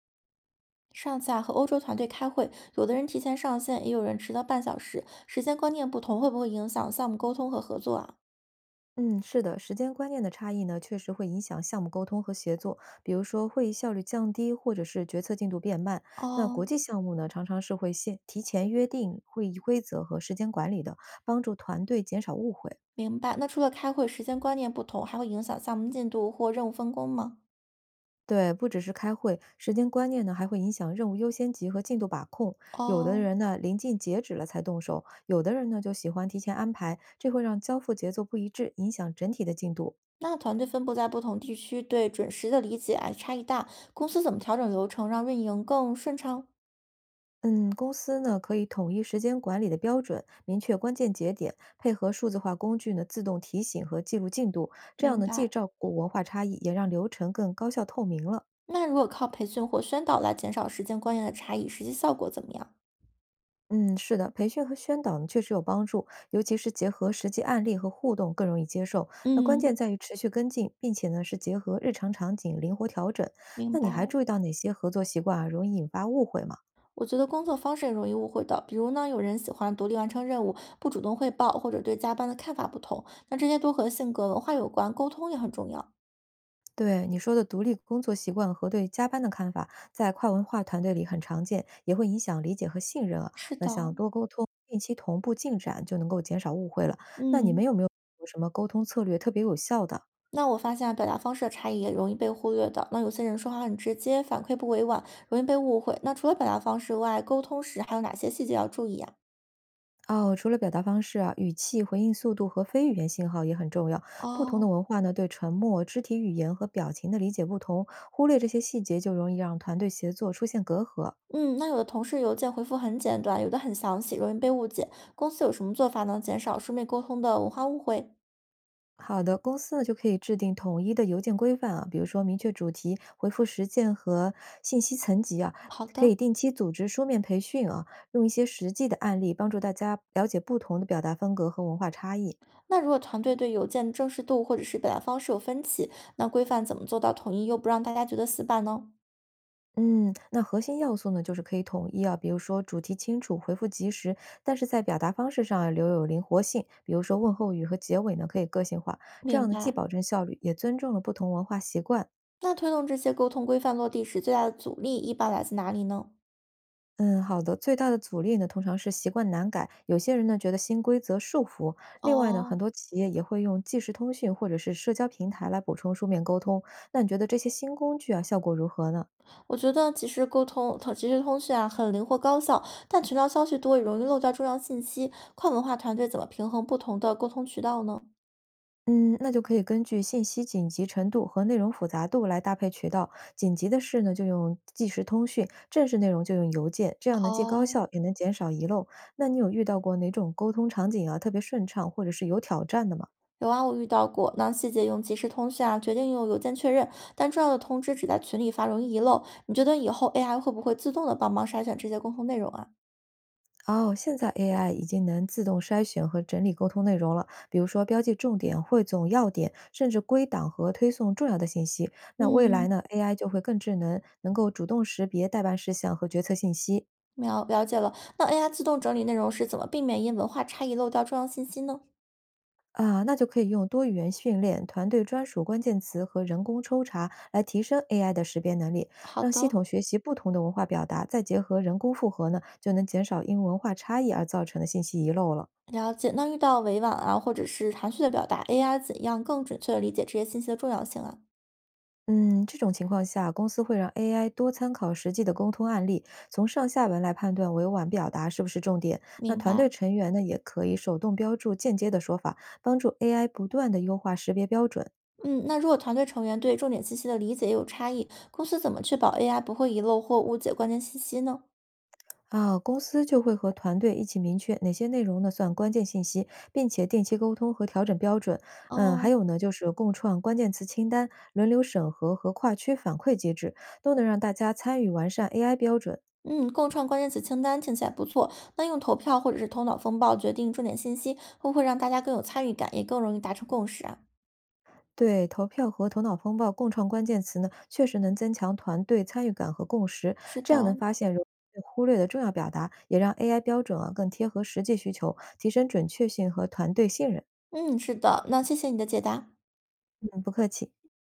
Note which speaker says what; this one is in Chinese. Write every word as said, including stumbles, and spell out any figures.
Speaker 1: 上次啊和欧洲团队开会，有的人提前上线，也有人迟到半小时，时间观念不同，会不会影响项目沟通和合作啊？
Speaker 2: 嗯，是的，时间观念的差异呢，确实会影响项目沟通和协作。比如说，会议效率降低，或者是决策进度变慢。那国
Speaker 1: 哦，
Speaker 2: 际项目呢，常常是会先提前约定会议规则和时间管理的，帮助团队减少误会。
Speaker 1: 明白。那除了开会时间观念不同，还会影响项目进度或任务分工吗？
Speaker 2: 对，不只是开会，时间观念呢，还会影响任务优先级和进度把控。有的
Speaker 1: 哦，
Speaker 2: 人呢，临近截止了才动手；有的人呢，就喜欢提前安排，这会让交付节奏不一致，影响整体的进度。
Speaker 1: 那团队分布在不同地区，对准时的理解哎差异大，公司怎么调整流程让运营更顺畅？
Speaker 2: 嗯，公司呢可以统一时间管理的标准，明确关键节点，配合数字化工具呢自动提醒和记录进度，这样
Speaker 1: 明
Speaker 2: 呢既
Speaker 1: 白。
Speaker 2: 照顾文化差异，也让流程更高效透明了。
Speaker 1: 那如果靠培训或宣导来减少时间观念的差异，实际效果怎么样？
Speaker 2: 嗯，是的，培训和宣导呢确实有帮助，尤其是结合实际案例和互动更容易接受。那关键
Speaker 1: 嗯，
Speaker 2: 在于持续跟进，并且呢是结合日常场景灵活调整。
Speaker 1: 明
Speaker 2: 那你还
Speaker 1: 白。
Speaker 2: 注意到哪些合作习惯啊容易引发误会吗？
Speaker 1: 我觉得工作方式也容易误会的，比如呢，有人喜欢独立完成任务，不主动汇报，或者对加班的看法不同。那这些都和性格、文化有关，沟通也很重要。
Speaker 2: 对你说的独立工作习惯和对加班的看法，在跨文化团队里很常见，也会影响理解和信任啊。
Speaker 1: 是
Speaker 2: 那
Speaker 1: 的，
Speaker 2: 想多沟通，定期同步进展，就能够减少误会了。那你们
Speaker 1: 嗯，
Speaker 2: 有没有什么沟通策略特别有效的？
Speaker 1: 那我发现啊表达方式的差异也容易被忽略的。那有些人说话很直接，反馈不委婉，容易被误会。那除了表达方式外，沟通时还有哪些细节要注意啊？
Speaker 2: 哦，除了表达方式啊，语气、回应速度和非语言信号也很重要。不同的
Speaker 1: 哦，
Speaker 2: 文化呢，对沉默、肢体语言和表情的理解不同，忽略这些细节就容易让团队协作出现隔阂。
Speaker 1: 嗯，那有的同事邮件回复很简短，有的很详细，容易被误解。公司有什么做法能减少书面沟通的文化误会？
Speaker 2: 好的，公司呢就可以制定统一的邮件规范啊，比如说明确主题、回复时间和信息层级啊，
Speaker 1: 好
Speaker 2: 可
Speaker 1: 的。
Speaker 2: 以定期组织书面培训啊，用一些实际的案例帮助大家了解不同的表达风格和文化差异。
Speaker 1: 那如果团队对邮件的正式度或者是表达方式有分歧，那规范怎么做到统一又不让大家觉得死板呢？
Speaker 2: 嗯，那核心要素呢，就是可以统一啊，比如说主题清楚，回复及时，但是在表达方式上啊留有灵活性，比如说问候语和结尾呢可以个性化，这样
Speaker 1: 明
Speaker 2: 呢既
Speaker 1: 白。
Speaker 2: 保证效率，也尊重了不同文化习惯。
Speaker 1: 那推动这些沟通规范落地时，最大的阻力一般来自哪里呢？
Speaker 2: 嗯，好的。最大的阻力呢，通常是习惯难改，有些人呢觉得新规则束缚。另外呢，很
Speaker 1: 哦，
Speaker 2: 多企业也会用即时通讯或者是社交平台来补充书面沟通。那你觉得这些新工具啊，效果如何呢？
Speaker 1: 我觉得即时沟通、通即时通讯啊，很灵活高效，但群聊消息多，也容易漏掉重要信息。跨文化团队怎么平衡不同的沟通渠道呢？
Speaker 2: 嗯，那就可以根据信息紧急程度和内容复杂度来搭配渠道。紧急的事呢，就用即时通讯；正式内容就用邮件。这样呢，既高
Speaker 1: 哦，
Speaker 2: 效也能减少遗漏。那你有遇到过哪种沟通场景啊，特别顺畅或者是有挑战的吗？
Speaker 1: 有啊，我遇到过。那细节用即时通讯啊，决定用邮件确认，但重要的通知只在群里发，容易遗漏。你觉得以后 A I 会不会自动的帮忙筛选这些沟通内容啊？
Speaker 2: 哦，现在 A I 已经能自动筛选和整理沟通内容了，比如说标记重点、汇总要点，甚至归档和推送重要的信息。那未来
Speaker 1: 嗯，
Speaker 2: 呢，A I 就会更智能，能够主动识别待办事项和决策信息
Speaker 1: 了了解了。那 A I 自动整理内容是怎么避免因文化差异漏掉重要信息呢？
Speaker 2: 啊，那就可以用多语言训练、团队专属关键词和人工抽查来提升 A I 的识别能力，
Speaker 1: 好
Speaker 2: 让系
Speaker 1: 的，
Speaker 2: 统学习不同的文化表达，再结合人工复合呢，就能减少因文化差异而造成的信息遗漏了。
Speaker 1: 了解。那遇到委婉啊，或者是含蓄的表达，A I 怎样更准确的理解这些信息的重要性啊？
Speaker 2: 嗯，这种情况下，公司会让 A I 多参考实际的沟通案例，从上下文来判断委婉表达是不是重点。那
Speaker 1: 明
Speaker 2: 团
Speaker 1: 白。
Speaker 2: 队成员呢，也可以手动标注间接的说法，帮助 A I 不断的优化识别标准。
Speaker 1: 嗯，那如果团队成员对重点信息的理解也有差异，公司怎么确保 A I 不会遗漏或误解关键信息呢？
Speaker 2: 啊，公司就会和团队一起明确哪些内容呢算关键信息，并且定期沟通和调整标准。嗯，还
Speaker 1: 哦，
Speaker 2: 有呢，就是共创关键词清单、轮流审核和跨区反馈机制，都能让大家参与完善 A I 标准。
Speaker 1: 嗯，共创关键词清单听起来不错。那用投票或者是头脑风暴决定重点信息，会不会让大家更有参与感，也更容易达成共识啊？
Speaker 2: 对，投票和头脑风暴共创关键词呢，确实能增强团队参与感和共识，
Speaker 1: 是
Speaker 2: 这
Speaker 1: 的，
Speaker 2: 样能发现容易被忽略的重要表达，也让 A I 标准啊更贴合实际需求，提升准确性和团队信任。
Speaker 1: 嗯，是的。那谢谢你的解答。
Speaker 2: 嗯，不客气。